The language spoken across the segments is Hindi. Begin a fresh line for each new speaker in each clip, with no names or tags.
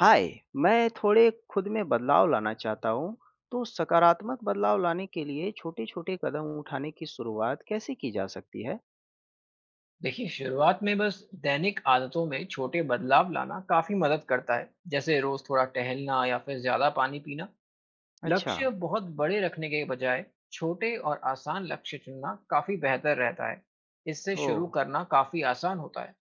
हाय। मैं थोड़े खुद में बदलाव लाना चाहता हूँ। तो सकारात्मक बदलाव लाने के लिए छोटे छोटे कदम उठाने की शुरुआत कैसे की जा सकती है?
देखिए शुरुआत में बस दैनिक आदतों में छोटे बदलाव लाना काफी मदद करता है, जैसे रोज थोड़ा टहलना या फिर ज्यादा पानी पीना।
अच्छा।
लक्ष्य बहुत बड़े रखने के बजाय छोटे और आसान लक्ष्य चुनना काफी बेहतर रहता है। इससे
ओ।
शुरू करना काफी आसान होता है।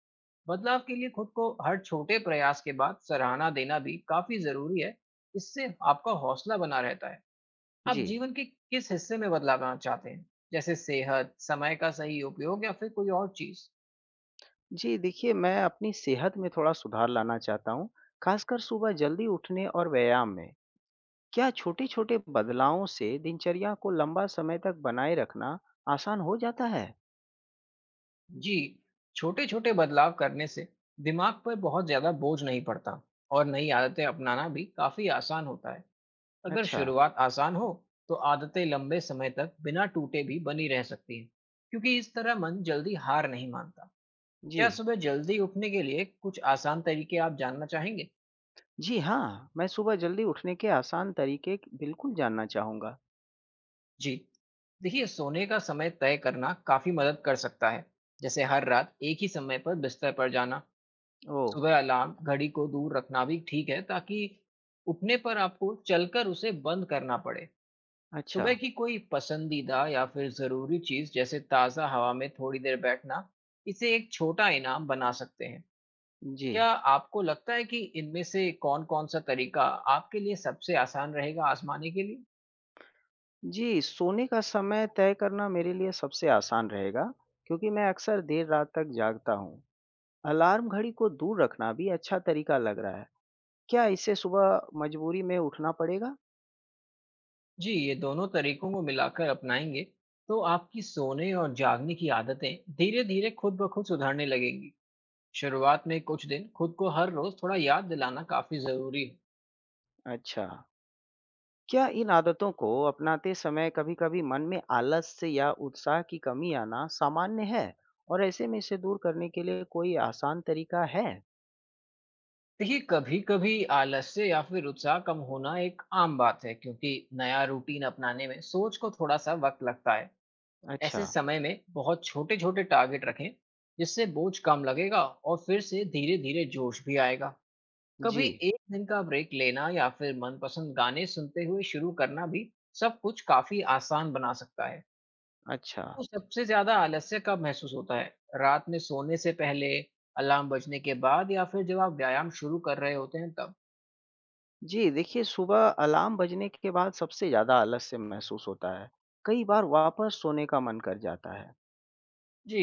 बदलाव के लिए खुद को हर छोटे प्रयास के बाद सराहना देना भी काफी जरूरी है। इससे आपका हौसला बना रहता है। आप
जी।
जीवन के किस हिस्से में बदलाव लाना चाहते हैं? जैसे सेहत, समय का सही उपयोग या फिर कोई और चीज।
जी देखिए, मैं अपनी सेहत में थोड़ा सुधार लाना चाहता हूँ, खासकर सुबह जल्दी उठने और व्यायाम में। क्या छोटे छोटे बदलावों से दिनचर्या को लंबा समय तक बनाए रखना आसान हो जाता है?
जी, छोटे छोटे बदलाव करने से दिमाग पर बहुत ज्यादा बोझ नहीं पड़ता और नई आदतें अपनाना भी काफी आसान होता है। अगर
अच्छा।
शुरुआत आसान हो तो आदतें लंबे समय तक बिना टूटे भी बनी रह सकती हैं, क्योंकि इस तरह मन जल्दी हार नहीं मानता।
जी।
क्या सुबह जल्दी उठने के लिए कुछ आसान तरीके आप जानना चाहेंगे?
जी हाँ, मैं सुबह जल्दी उठने के आसान तरीके बिल्कुल जानना चाहूँगा।
जी, देखिए सोने का समय तय करना काफी मदद कर सकता है, जैसे हर रात एक ही समय पर बिस्तर पर जाना।
ओ।
सुबह अलार्म घड़ी को दूर रखना भी ठीक है, ताकि उठने पर आपको चलकर उसे बंद करना पड़े।
अच्छा।
सुबह की कोई पसंदीदा या फिर ज़रूरी चीज़, जैसे ताज़ा हवा में थोड़ी देर बैठना, इसे एक छोटा इनाम बना सकते हैं।
जी।
क्या आपको लगता है कि इनमें से कौन-कौन सा तरीका आपके लिए सबसे आसान रहेगा आज़माने के लिए?
जी, सोने का समय तय करना मेरे लिए सबसे आसान रहेगा, क्योंकि मैं अक्सर देर रात तक जागता हूँ। अलार्म घड़ी को दूर रखना भी अच्छा तरीका लग रहा है। क्या इससे सुबह मजबूरी में उठना पड़ेगा?
जी, ये दोनों तरीकों को मिलाकर अपनाएँगे, तो आपकी सोने और जागने की आदतें धीरे-धीरे खुद ब खुद सुधरने लगेंगी। शुरुआत में कुछ दिन खुद को हर रोज थोड़ा याद दिलाना काफी जरूरी है।
अच्छा। क्या इन आदतों को अपनाते समय कभी-कभी मन में आलस्य या उत्साह की कमी आना सामान्य है? और ऐसे में इसे दूर करने के लिए कोई आसान तरीका है?
देखिए, कभी कभी आलस्य या फिर उत्साह कम होना एक आम बात है, क्योंकि नया रूटीन अपनाने में सोच को थोड़ा सा वक्त लगता है।
अच्छा।
ऐसे समय में बहुत छोटे छोटे टारगेट रखें, जिससे बोझ कम लगेगा और फिर से धीरे धीरे जोश भी आएगा।
जी।
कभी एक दिन का ब्रेक लेना या फिर मनपसंद गाने सुनते हुए शुरू करना भी सब कुछ काफी आसान बना सकता है।
अच्छा।
को सबसे ज़्यादा आलस्य कब महसूस होता है? रात में सोने से पहले, अलार्म बजने के बाद या फिर जब आप व्यायाम शुरू कर रहे होते हैं तब?
जी देखिए, सुबह अलार्म बजने के बाद सबसे ज़्यादा आलस्य महसूस होता है। कई बार वापस सोने का मन कर जाता है।
जी,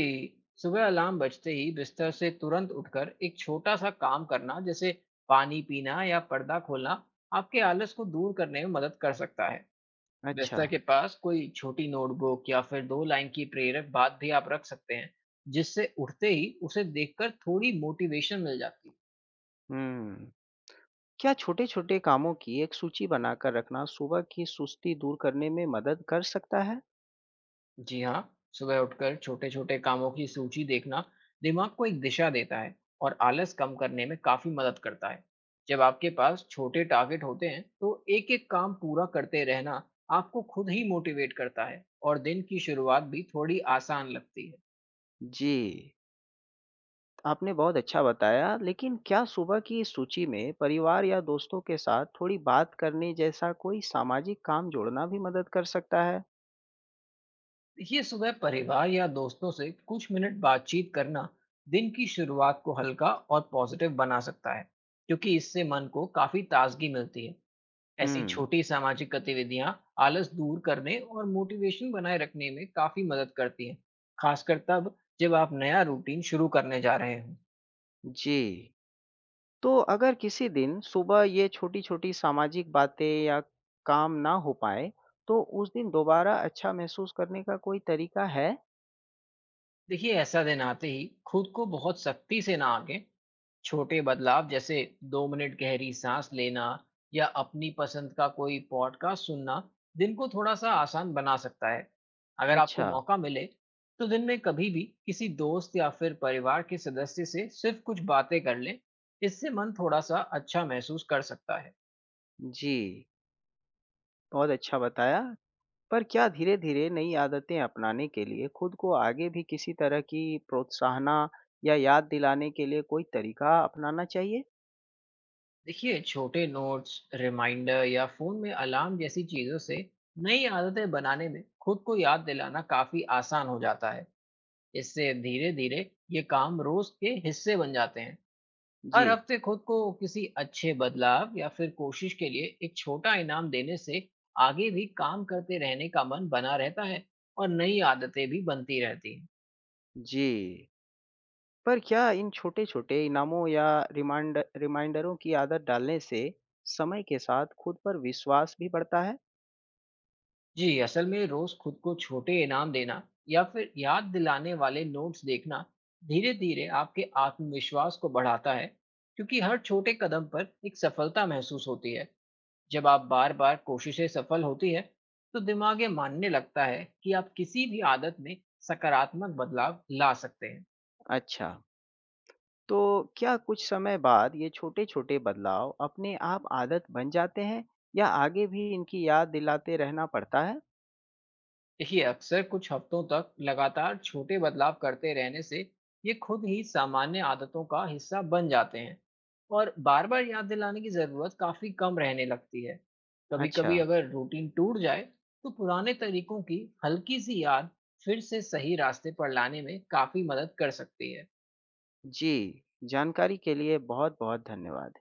सुबह अलार्म बजते ही बिस्तर से तुरंत उठकर एक छोटा-सा काम करना, जैसे पानी पीना या पर्दा खोलना, आपके आलस को दूर करने में मदद कर सकता है।
अच्छा।
बिस्तर के पास कोई छोटी नोटबुक या फिर 2 लाइन की प्रेरक बात भी आप रख सकते हैं, जिससे उठते ही उसे देखकर थोड़ी मोटिवेशन मिल जाती है।
हुँ। क्या छोटे-छोटे कामों की एक सूची बनाकर रखना सुबह की सुस्ती दूर करने में मदद कर सकता है?
जी हाँ, सुबह उठकर छोटे-छोटे कामों की सूची देखना दिमाग को एक दिशा देता है और आलस कम करने में काफी मदद करता है। जब आपके पास छोटे टारगेट होते हैं, तो एक-एक काम पूरा करते रहना आपको खुद ही मोटिवेट करता है और दिन की शुरुआत भी थोड़ी आसान लगती है।
जी, आपने बहुत अच्छा बताया, लेकिन क्या सुबह की इस सूची में परिवार या दोस्तों के साथ थोड़ी बात करने जैसा कोई सामाजिक काम जोड़ना भी मदद कर सकता है?
देखिए, सुबह परिवार या दोस्तों से कुछ मिनट बातचीत करना दिन की शुरुआत को हल्का और पॉजिटिव बना सकता है, क्योंकि इससे मन को काफी ताजगी मिलती है। ऐसी
हुँ।
छोटी सामाजिक गतिविधियां आलस दूर करने और मोटिवेशन बनाए रखने में काफी मदद करती हैं, खासकर तब जब आप नया रूटीन शुरू करने जा रहे हों।
जी। तो अगर किसी दिन सुबह ये छोटी-छोटी सामाजिक बातें या काम ना हो पाए, तो उस दिन दोबारा अच्छा महसूस करने का कोई तरीका है?
देखिए, ऐसा दिन आते ही खुद को बहुत सख्ती से ना आके, छोटे बदलाव जैसे 2 मिनट गहरी सांस लेना या अपनी पसंद का कोई पॉडकास्ट सुनना दिन को थोड़ा सा आसान बना सकता है। अगर आपको
अच्छा।
मौका मिले तो दिन में कभी भी किसी दोस्त या फिर परिवार के सदस्य से सिर्फ कुछ बातें कर लें, इससे मन थोड़ा सा अच्छा महसूस कर सकता है।
जी, बहुत अच्छा बताया। पर क्या धीरे-धीरे नई आदतें अपनाने के लिए खुद को आगे भी किसी तरह की प्रोत्साहना या याद दिलाने के लिए कोई तरीका अपनाना चाहिए?
देखिए, छोटे नोट्स, रिमाइंडर या फोन में अलार्म जैसी चीजों से नई आदतें बनाने में खुद को याद दिलाना काफी आसान हो जाता है। इससे धीरे धीरे ये काम रोज के हिस्से बन जाते हैं।
जी।
हर हफ्ते खुद को किसी अच्छे बदलाव या फिर कोशिश के लिए एक छोटा इनाम देने से आगे भी काम करते रहने का मन बना रहता है और नई आदतें भी बनती रहती हैं।
जी। पर क्या इन छोटे-छोटे इनामों या रिमाइंडरों की आदत डालने से समय के साथ खुद पर विश्वास भी बढ़ता है?
जी, असल में रोज खुद को छोटे इनाम देना या फिर याद दिलाने वाले नोट्स देखना धीरे धीरे आपके आत्मविश्वास को बढ़ाता है, क्योंकि हर छोटे कदम पर एक सफलता महसूस होती है। जब आप बार बार कोशिशें सफल होती है, तो दिमाग ये मानने लगता है कि आप किसी भी आदत में सकारात्मक बदलाव ला सकते हैं।
अच्छा, तो क्या कुछ समय बाद ये छोटे-छोटे बदलाव अपने आप आदत बन जाते हैं या आगे भी इनकी याद दिलाते रहना पड़ता है?
देखिए, अक्सर कुछ हफ्तों तक लगातार छोटे बदलाव करते रहने से ये खुद ही सामान्य आदतों का हिस्सा बन जाते हैं और बार बार याद दिलाने की ज़रूरत काफ़ी कम रहने लगती है। कभी
अच्छा।
कभी अगर रूटीन टूट जाए, तो पुराने तरीकों की हल्की सी याद फिर से सही रास्ते पर लाने में काफ़ी मदद कर सकती है।
जी, जानकारी के लिए बहुत-बहुत धन्यवाद।